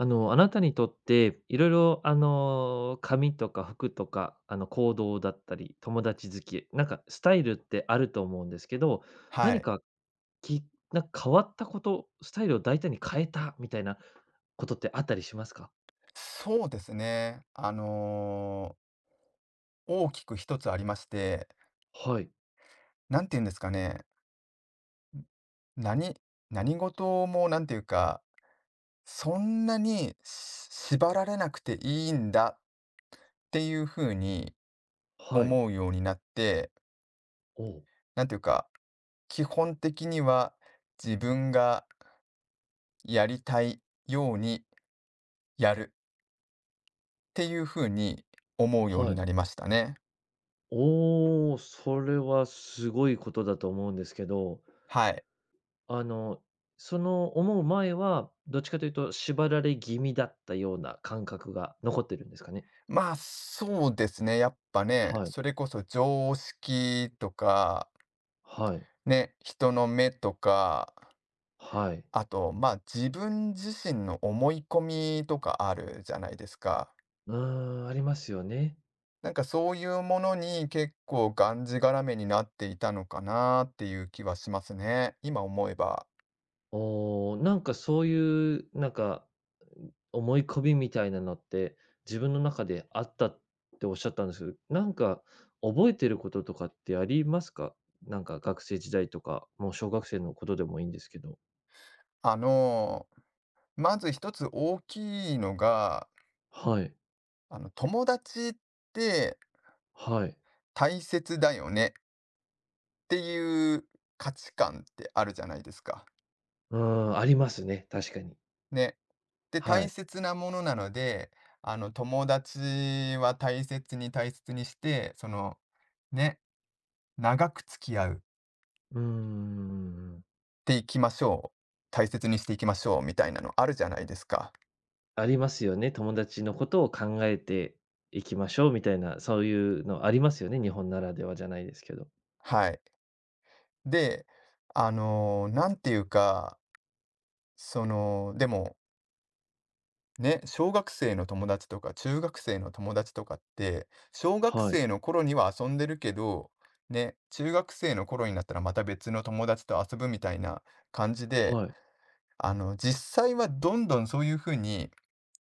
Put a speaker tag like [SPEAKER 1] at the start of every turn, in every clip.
[SPEAKER 1] あなたにとって、いろいろ、髪とか服とか、行動だったり、友達付き、なんかスタイルってあると思うんですけど、
[SPEAKER 2] は
[SPEAKER 1] 何
[SPEAKER 2] い。
[SPEAKER 1] か、きなんか変わったこと、スタイルを大胆に変えたみたいなことってあったりしますか？
[SPEAKER 2] そうですね。大きく一つありまして、
[SPEAKER 1] はい。
[SPEAKER 2] なんて言うんですかね。何何事もなんていうか、そんなにし縛られなくていいんだっていう風に
[SPEAKER 1] はい。
[SPEAKER 2] 思うようになって、
[SPEAKER 1] おう、
[SPEAKER 2] なんていうか、基本的には自分がやりたいようにやるっていう風に思うように
[SPEAKER 1] はい。
[SPEAKER 2] なりましたね。
[SPEAKER 1] おお、それはすごいことだと思うんですけど、
[SPEAKER 2] はい。
[SPEAKER 1] あの、その思う前は、どっちかというと縛られ気味だったような感覚が残ってるんですかね？
[SPEAKER 2] まあ、そうですね。やっぱね、
[SPEAKER 1] はい。
[SPEAKER 2] それこそ常識とか、
[SPEAKER 1] はい、
[SPEAKER 2] ね、人の目とか、
[SPEAKER 1] はい。
[SPEAKER 2] あと、まあ、自分自身の思い込みとかあるじゃないですか。
[SPEAKER 1] うーん、ありますよね。
[SPEAKER 2] なんかそういうものに結構がんじがらめになっていたのかなっていう気はしますね。今思えば。
[SPEAKER 1] おー、なんかそういう、なんか、思い込みみたいなのって、自分の中であったっておっしゃったんですけど、なんか覚えてることとかってありますか？なんか学生時代とか、もう小学生のことでもいいんですけど。
[SPEAKER 2] あの、まず一つ大きいのが、
[SPEAKER 1] はい、
[SPEAKER 2] 友達って
[SPEAKER 1] はい。
[SPEAKER 2] 大切だよねっていう価値観ってあるじゃないですか。
[SPEAKER 1] うーん、ありますね、確かに。
[SPEAKER 2] ね。で、
[SPEAKER 1] は
[SPEAKER 2] 大
[SPEAKER 1] い。
[SPEAKER 2] 切なものなので、友達は大切に大切にして、その、ね、長く付き合うっ
[SPEAKER 1] うーん、
[SPEAKER 2] ていきましょう。大切にしていきましょうみたいなのあるじゃないですか。
[SPEAKER 1] ありますよね。友達のことを考えていきましょうみたいな、そういうのありますよね、日本ならではじゃないですけど。
[SPEAKER 2] はい。で、なんていうか、その、でもね、小学生の友達とか中学生の友達とかって、小学
[SPEAKER 1] はい。
[SPEAKER 2] 生の頃には遊んでるけど、ね、中学生の頃になったらまた別の友達と遊ぶみたいな感じで、
[SPEAKER 1] はい。
[SPEAKER 2] 実際はどんどんそういう風に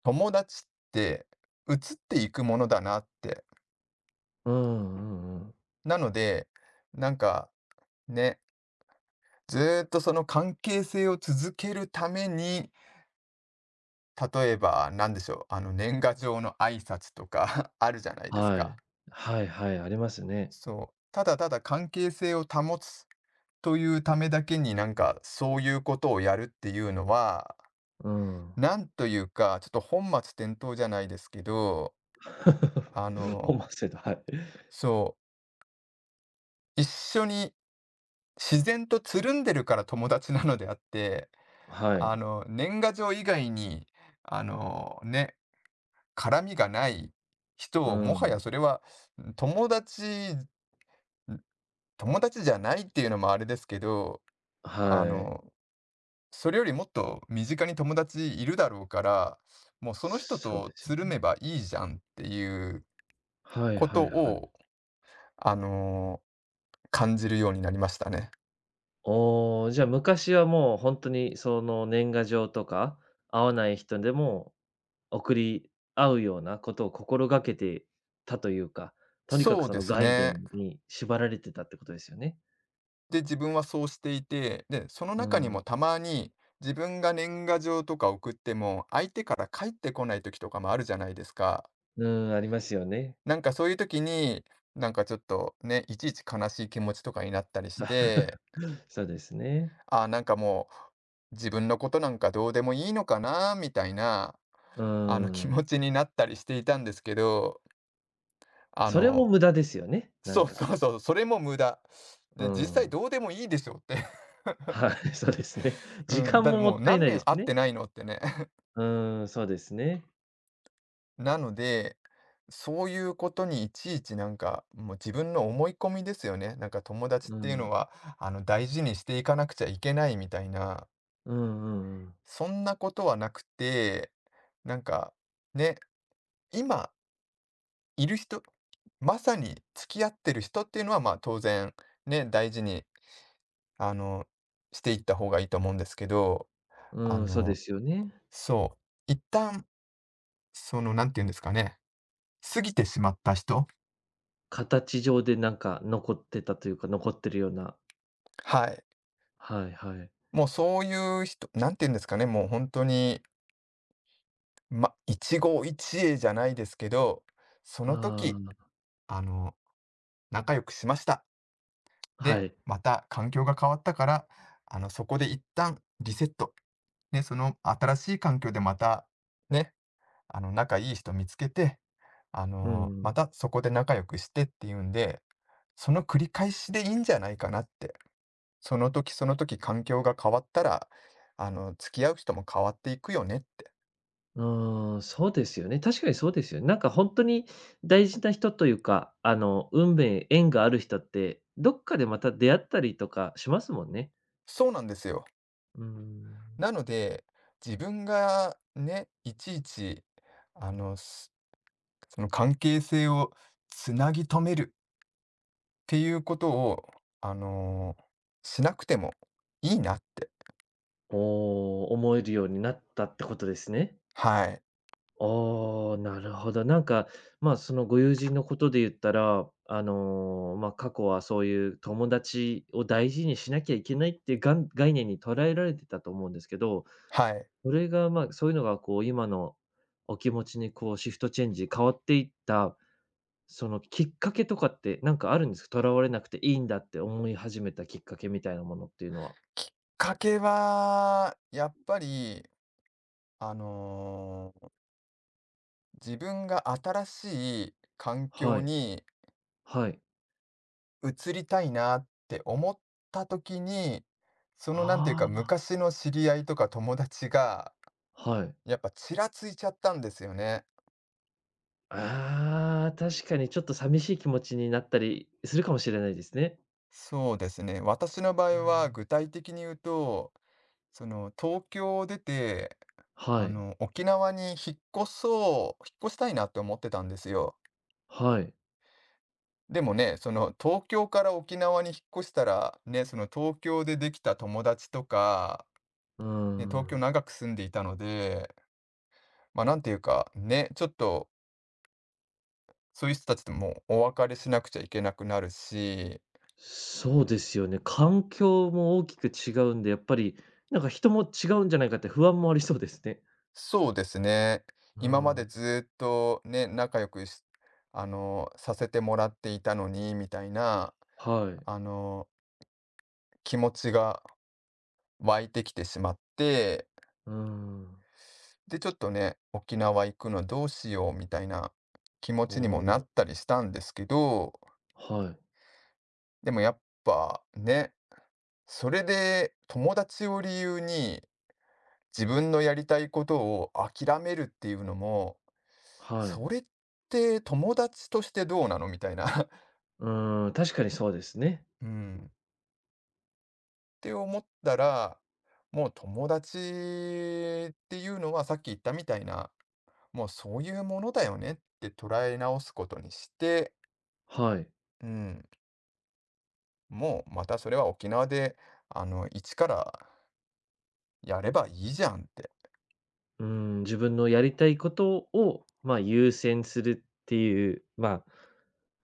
[SPEAKER 2] 友達って移っていくものだなって。
[SPEAKER 1] うんうんうん。
[SPEAKER 2] なので、なんかね、ずーっとその関係性を続けるために、例えば何でしょう、あの年賀状の挨拶とか あるじゃないです
[SPEAKER 1] は
[SPEAKER 2] か。
[SPEAKER 1] い。はいはい、ありますね。
[SPEAKER 2] そう、ただただ関係性を保つというためだけに、なんかそういうことをやるっていうのは、
[SPEAKER 1] うん。
[SPEAKER 2] なんというか、ちょっと本末転倒じゃないですけど、あ の、
[SPEAKER 1] 本末転倒、はい。
[SPEAKER 2] そう、一緒に自然とつるんでるから友達なのであって、
[SPEAKER 1] はい。
[SPEAKER 2] 年賀状以外に、あの、ね、絡みがない人
[SPEAKER 1] う
[SPEAKER 2] を、もはや
[SPEAKER 1] ん。
[SPEAKER 2] それは友達、友達じゃないっていうのもあれですけど、あ
[SPEAKER 1] はい。
[SPEAKER 2] の、それよりもっと身近に友達いるだろうから、もうその人
[SPEAKER 1] そうで
[SPEAKER 2] と
[SPEAKER 1] す
[SPEAKER 2] つ
[SPEAKER 1] よ
[SPEAKER 2] るめ
[SPEAKER 1] ね。
[SPEAKER 2] ばいいじゃんっていう
[SPEAKER 1] はい
[SPEAKER 2] こ
[SPEAKER 1] は
[SPEAKER 2] と
[SPEAKER 1] いはい。
[SPEAKER 2] を、あの、感じるようになりましたね。
[SPEAKER 1] おお、じゃあ昔はもう本当にその年賀状とか、会わない人でも送り合うようなことを心がけてたというか、とにかく
[SPEAKER 2] そう
[SPEAKER 1] そ
[SPEAKER 2] で
[SPEAKER 1] の
[SPEAKER 2] す
[SPEAKER 1] 概念
[SPEAKER 2] ね。
[SPEAKER 1] に縛られてたってことですよね。
[SPEAKER 2] で、自分はそうしていて、で、その
[SPEAKER 1] う
[SPEAKER 2] 中にも
[SPEAKER 1] ん。
[SPEAKER 2] たまに自分が年賀状とか送っても、相手から返ってこない時とかもあるじゃないですか。
[SPEAKER 1] うん、ありますよね。
[SPEAKER 2] なんかそういう時に、なんかちょっとね、いちいち悲しい気持ちとかになったりして、
[SPEAKER 1] そうですね。
[SPEAKER 2] あ、なんかもう、自分のことなんかどうでもいいのかなみたいな、
[SPEAKER 1] う
[SPEAKER 2] 気
[SPEAKER 1] ん。
[SPEAKER 2] 持ちになったりしていたんですけど、あ
[SPEAKER 1] それも
[SPEAKER 2] の、
[SPEAKER 1] 無駄ですよね、な
[SPEAKER 2] そ
[SPEAKER 1] ん
[SPEAKER 2] う
[SPEAKER 1] か。
[SPEAKER 2] そうそう、それも無駄。
[SPEAKER 1] う
[SPEAKER 2] で、実際
[SPEAKER 1] ん。
[SPEAKER 2] どうでもいいでしょって
[SPEAKER 1] はい、そうですね。時
[SPEAKER 2] うん、
[SPEAKER 1] 間
[SPEAKER 2] だって
[SPEAKER 1] もも
[SPEAKER 2] も
[SPEAKER 1] っ
[SPEAKER 2] う
[SPEAKER 1] たい
[SPEAKER 2] 何
[SPEAKER 1] ない
[SPEAKER 2] 年
[SPEAKER 1] です
[SPEAKER 2] 会っ
[SPEAKER 1] ね。
[SPEAKER 2] てないのってね。
[SPEAKER 1] うん、そうですね。
[SPEAKER 2] なので、そういうことにいちいちなんか、もう自分の思い込みですよね。なんか友達
[SPEAKER 1] う
[SPEAKER 2] っていうの
[SPEAKER 1] ん。
[SPEAKER 2] は、大事にしていかなくちゃいけないみたいな、
[SPEAKER 1] うんうんうん。
[SPEAKER 2] そんなことはなくて、なんか、ね、今いる人、まさに付き合ってる人っていうのは、まあ、当然、ね、大事に、あの、していった方がいいと思うんですけど、あ
[SPEAKER 1] うん、そうで
[SPEAKER 2] の、
[SPEAKER 1] すよね。
[SPEAKER 2] そう、一旦、その、なんて言うんですかね、過ぎてしまった人、
[SPEAKER 1] 形上でなんか残ってたというか、残ってるような。
[SPEAKER 2] はい。
[SPEAKER 1] はいはい。
[SPEAKER 2] もうそういう人、なんて言うんですかね、もう本当に、ま、一期一会じゃないですけど、その
[SPEAKER 1] あ
[SPEAKER 2] 時、
[SPEAKER 1] あ、
[SPEAKER 2] あの、仲良くしました。
[SPEAKER 1] は
[SPEAKER 2] で、
[SPEAKER 1] い。
[SPEAKER 2] また環境が変わったから、そこで一旦リセットね、その新しい環境でまた、ね、仲いい人見つけて、
[SPEAKER 1] う
[SPEAKER 2] ま
[SPEAKER 1] ん。
[SPEAKER 2] たそこで仲良くしてっていうんで、その繰り返しでいいんじゃないかなって。その時その時環境が変わったら、付き合う人も変わっていくよねって。
[SPEAKER 1] うーん、そうですよね。確かにそうですよね。なんか本当に大事な人というか、運命、縁がある人って、どっかでまた出会ったりとかしますもんね。
[SPEAKER 2] そうなんですよ。
[SPEAKER 1] うーん。
[SPEAKER 2] なので、自分がね、いちいち、あの、すその関係性をつなぎ止めるっていうことを、あの、しなくてもいいなって。
[SPEAKER 1] おー、思えるようになったってことですね。
[SPEAKER 2] はい。
[SPEAKER 1] おー、なるほど。なんか、まあ、そのご友人のことで言ったら、まあ、過去はそういう友達を大事にしなきゃいけないっていうがん概念に捉えられてたと思うんですけど、
[SPEAKER 2] はい。
[SPEAKER 1] それが、まあ、そういうのがこう今のお気持ちにこうシフトチェンジ変わっていった、そのきっかけとかってなんかあるんですか？とらわれなくていいんだって思い始めたきっかけみたいなものっていうのは。
[SPEAKER 2] きっかけは、やっぱり、あのー自分が新しい環
[SPEAKER 1] は
[SPEAKER 2] 境
[SPEAKER 1] い、
[SPEAKER 2] に
[SPEAKER 1] はい。
[SPEAKER 2] 移りたいなって思った時に、そのなんていうか
[SPEAKER 1] あ
[SPEAKER 2] 昔の知り合いとか友達が、
[SPEAKER 1] あ、はい。
[SPEAKER 2] やっぱちらついちゃったんですよね。
[SPEAKER 1] ああ、確かにちょっと寂しい気持ちになったりするかもしれないですね。
[SPEAKER 2] そうですね。私の場
[SPEAKER 1] う
[SPEAKER 2] 合は
[SPEAKER 1] ん。
[SPEAKER 2] 具体的に言うと、その東京を出て、
[SPEAKER 1] はい、
[SPEAKER 2] 沖縄に引っ越したいなって思ってたんですよ。
[SPEAKER 1] はい。
[SPEAKER 2] でもね、その東京から沖縄に引っ越したら、ね、その東京でできた友達とか、
[SPEAKER 1] うー
[SPEAKER 2] ね、東京
[SPEAKER 1] ん。
[SPEAKER 2] 長く住んでいたので、まあなんていうか、ね、ちょっとそういう人たちともお別れしなくちゃいけなくなるし、
[SPEAKER 1] そうですよね。環境も大きく違うんで、やっぱり、なんか人も違うんじゃないかって不安もありそうですね。
[SPEAKER 2] そうですね、
[SPEAKER 1] う
[SPEAKER 2] 今まで
[SPEAKER 1] ん、
[SPEAKER 2] ずっとね、仲良くし、あの、させてもらっていたのに、みたいな、
[SPEAKER 1] はい。
[SPEAKER 2] あの、気持ちが湧いてきてしまって、
[SPEAKER 1] うん。
[SPEAKER 2] で、ちょっとね、沖縄行くのどうしようみたいな気持
[SPEAKER 1] お
[SPEAKER 2] ちにもなっ
[SPEAKER 1] お、
[SPEAKER 2] たりしたんですけど、
[SPEAKER 1] はい、
[SPEAKER 2] でもやっぱね、それで友達を理由に自分のやりたいことを諦めるっていうのも、
[SPEAKER 1] はい。
[SPEAKER 2] それって友達としてどうなのみたいな
[SPEAKER 1] うん、確かにそうですね。
[SPEAKER 2] うん。って思ったら、もう友達っていうのはさっき言ったみたいな、もうそういうものだよねって捉え直すことにして、
[SPEAKER 1] はい。
[SPEAKER 2] うん。もうまたそれは沖縄で、一からやればいいじゃんって。
[SPEAKER 1] うん、自分のやりたいことを、まあ、優先するっていう、まあ、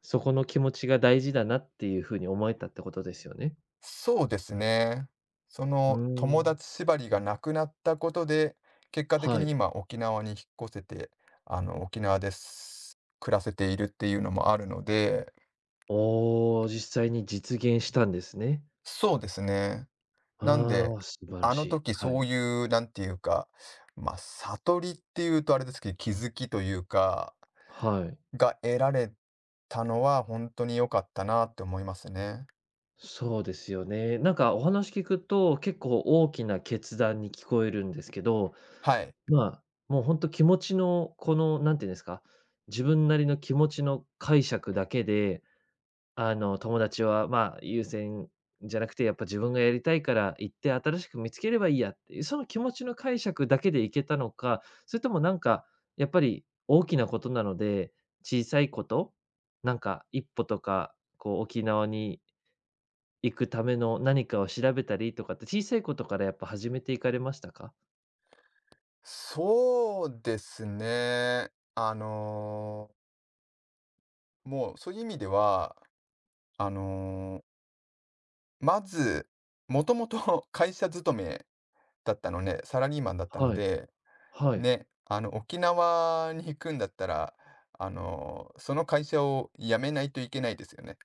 [SPEAKER 1] そこの気持ちが大事だなっていうふうに思えたってことですよね。
[SPEAKER 2] そうですね。そ
[SPEAKER 1] う
[SPEAKER 2] の友
[SPEAKER 1] ん、
[SPEAKER 2] 達縛りがなくなったことで、結果的
[SPEAKER 1] は
[SPEAKER 2] に
[SPEAKER 1] い。
[SPEAKER 2] 今沖縄に引っ越せて、沖縄です。暮らせているっていうのもあるので、
[SPEAKER 1] おお、実際に実現したんですね。
[SPEAKER 2] そうですね。なん
[SPEAKER 1] あ
[SPEAKER 2] で、
[SPEAKER 1] あ、素晴ら
[SPEAKER 2] あ
[SPEAKER 1] し
[SPEAKER 2] の
[SPEAKER 1] い。
[SPEAKER 2] 時
[SPEAKER 1] は
[SPEAKER 2] そう
[SPEAKER 1] い。
[SPEAKER 2] いう、なんていうか、悟りっていうとあれですけど、気づきというか、
[SPEAKER 1] はい。
[SPEAKER 2] が得られたのは本当に良かったなって思いますね。
[SPEAKER 1] そうですよね。なんかお話聞くと、結構大きな決断に聞こえるんですけど、
[SPEAKER 2] はい。
[SPEAKER 1] まあ、もうほんと気持ちのこの、何て言うんですか、自分なりの気持ちの解釈だけで、友達は、まあ、優先じゃなくて、やっぱ自分がやりたいから行って新しく見つければいいやっていう、その気持ちの解釈だけでいけたのか、それともなんか、やっぱり大きなことなので、小さいこと、なんか一歩とか、こう沖縄に行くための何かを調べたりとかって、小さいことからやっぱ始めていかれましたか？
[SPEAKER 2] そうですね。あの、もうそういう意味では、あの、まず、もともと 会社勤めだったのね、サラリーマンだったの
[SPEAKER 1] はい、
[SPEAKER 2] で、
[SPEAKER 1] はい、
[SPEAKER 2] ね、沖縄に行くんだったら、その会社を辞めないといけないですよね。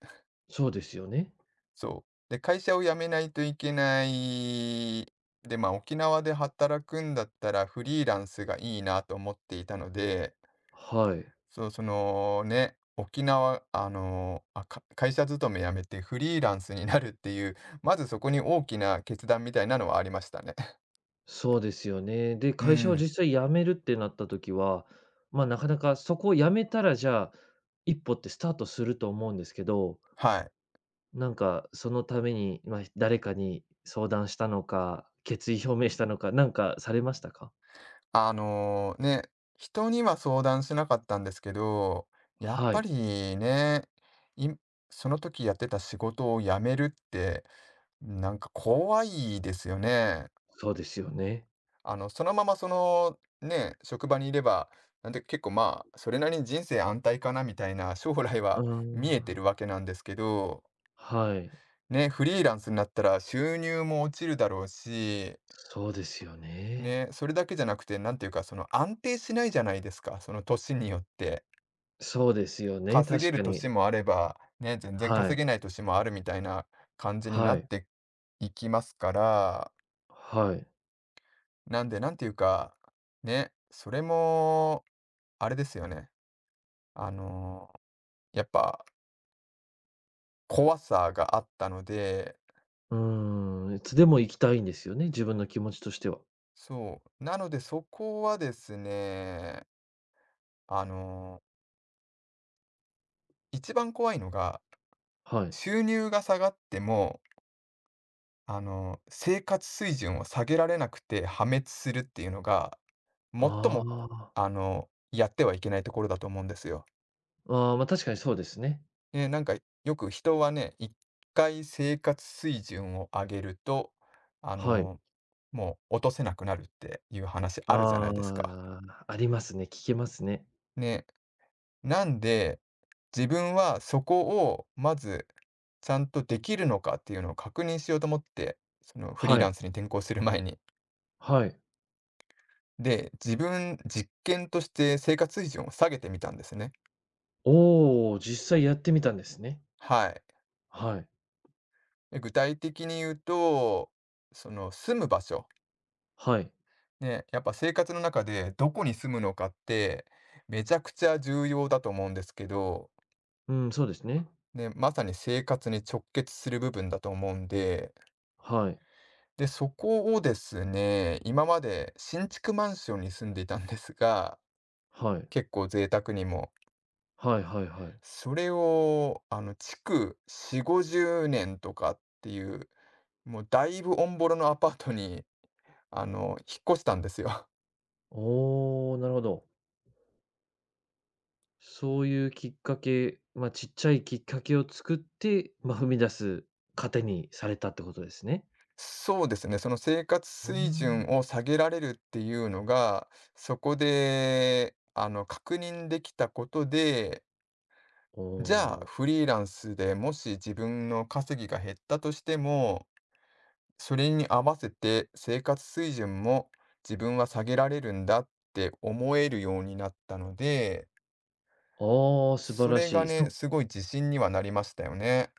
[SPEAKER 1] そうですよね。
[SPEAKER 2] そう。で、会社を辞めないといけない。で、まあ、沖縄で働くんだったらフリーランスがいいなと思っていたので、
[SPEAKER 1] はい、
[SPEAKER 2] そう、そのね、沖縄、会社勤め辞めてフリーランスになるっていう、まずそこに大きな決断みたいなのはありましたね。
[SPEAKER 1] そうですよね。で、
[SPEAKER 2] う
[SPEAKER 1] 会社を
[SPEAKER 2] ん、
[SPEAKER 1] 実際辞めるってなった時は、ま、あなかなかそこを辞めたら、じゃあ、一歩ってスタートすると思うんですけど、
[SPEAKER 2] はい。
[SPEAKER 1] なんかそのために、まあ、誰かに相談したのか、決意表明したのか、なんかされましたか？
[SPEAKER 2] あのね、人には相談しなかったんですけど、やっ
[SPEAKER 1] は
[SPEAKER 2] ぱ
[SPEAKER 1] い、
[SPEAKER 2] りね、いその時やってた仕事を辞めるって、なんか怖いですよね。
[SPEAKER 1] そうですよね。
[SPEAKER 2] そのままその、ね、職場にいれば、なんて結構まあ、それなりに人生安泰かなみたいな将来
[SPEAKER 1] うー
[SPEAKER 2] は見えて
[SPEAKER 1] ん、
[SPEAKER 2] るわけなんですけど、
[SPEAKER 1] はい、
[SPEAKER 2] ね、フリーランスになったら収入も落ちるだろうし、
[SPEAKER 1] そうですよね。
[SPEAKER 2] ね、それだけじゃなくて、なんていうか、その安定しないじゃないですか、その年によって。
[SPEAKER 1] そうですよね、
[SPEAKER 2] 稼
[SPEAKER 1] 確
[SPEAKER 2] げ
[SPEAKER 1] か
[SPEAKER 2] る
[SPEAKER 1] に。
[SPEAKER 2] 年もあれば、ね、全然
[SPEAKER 1] は
[SPEAKER 2] 稼
[SPEAKER 1] い。
[SPEAKER 2] げない年もあるみたいな感じにな
[SPEAKER 1] は
[SPEAKER 2] っ
[SPEAKER 1] い。
[SPEAKER 2] ていきますから、
[SPEAKER 1] はい。
[SPEAKER 2] なんで、なんていうか、ね、それも、あれですよね。あの、やっぱ怖さがあったので、
[SPEAKER 1] うーん、いつでも行きたいんですよね、自分の気持ちとしては。
[SPEAKER 2] そう、なのでそこはですね、あの、一番怖いのが、
[SPEAKER 1] はい。
[SPEAKER 2] 収入が下がっても、生活水準を下げられなくて破滅するっていうのが、最
[SPEAKER 1] あ
[SPEAKER 2] も、
[SPEAKER 1] あ、
[SPEAKER 2] やってはいけないところだと思うんですよ。
[SPEAKER 1] ああ、まあ、確かにそうですね。
[SPEAKER 2] で、なんかよく人はね、一回生活水準を上げると、あ
[SPEAKER 1] はい。
[SPEAKER 2] の、もう落とせなくなるっていう話あるじゃな
[SPEAKER 1] あ
[SPEAKER 2] いですか。
[SPEAKER 1] あ、ありますね、聞けますね。
[SPEAKER 2] ね、なんで、自分はそこをまず、ちゃんとできるのかっていうのを確認しようと思って、そのフリ
[SPEAKER 1] は
[SPEAKER 2] ーラン
[SPEAKER 1] い、
[SPEAKER 2] スに転向する前に。
[SPEAKER 1] はい。
[SPEAKER 2] で、自分、実験として生活水準を下げてみたんですね。
[SPEAKER 1] おお、実際やってみたんですね。
[SPEAKER 2] はい。
[SPEAKER 1] はい、
[SPEAKER 2] で具体的に言うと、その住む場所。
[SPEAKER 1] はい。
[SPEAKER 2] ね、やっぱ生活の中でどこに住むのかって、めちゃくちゃ重要だと思うんですけど、
[SPEAKER 1] うん、そうですね。
[SPEAKER 2] ね、まさに生活に直結する部分だと思うんで、
[SPEAKER 1] はい、
[SPEAKER 2] で、そこをですね、今まで新築マンションに住んでいたんですが、
[SPEAKER 1] はい。
[SPEAKER 2] 結構贅沢にも、
[SPEAKER 1] はいはいはい。
[SPEAKER 2] それを、築4、50年とかっていう、もうだいぶオンボロのアパートに、引っ越したんですよ。
[SPEAKER 1] おお、なるほど。そういうきっかけ、まあ、ちっちゃいきっかけを作って、まあ、踏み出す糧にされたってことですね。
[SPEAKER 2] そうですね、その生活
[SPEAKER 1] うー
[SPEAKER 2] 水準
[SPEAKER 1] ん。
[SPEAKER 2] を下げられるっていうのが、そこで、確認できたことで、
[SPEAKER 1] お
[SPEAKER 2] じゃあ、
[SPEAKER 1] お、
[SPEAKER 2] フリーランスでもし自分の稼ぎが減ったとしても、それに合わせて生活水準も自分は下げられるんだって思えるようになったので、
[SPEAKER 1] ああ、素晴
[SPEAKER 2] そ
[SPEAKER 1] ら
[SPEAKER 2] れ
[SPEAKER 1] し
[SPEAKER 2] が
[SPEAKER 1] い。
[SPEAKER 2] ね、すごい自信にはなりましたよね。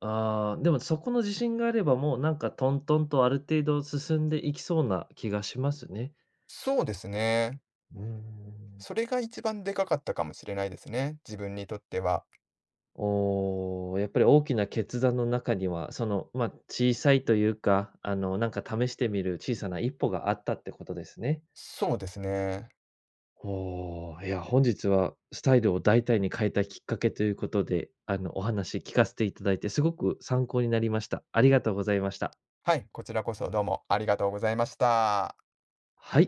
[SPEAKER 1] ああ、でもそこの自信があれば、もうなんかトントンとある程度進んでいきそうな気がしますね。
[SPEAKER 2] そうですね。
[SPEAKER 1] うーん。
[SPEAKER 2] それが一番でかかったかもしれないですね。自分にとっては。
[SPEAKER 1] おお、やっぱり大きな決断の中には、その、まあ、小さいというか、なんか試してみる小さな一歩があったってことですね。
[SPEAKER 2] そうですね。
[SPEAKER 1] おお、いや、本日はスタイルを大体に変えたきっかけということで、お話聞かせていただいて、すごく参考になりました。ありがとうございました。
[SPEAKER 2] はい、こちらこそどうもありがとうございました。
[SPEAKER 1] はい。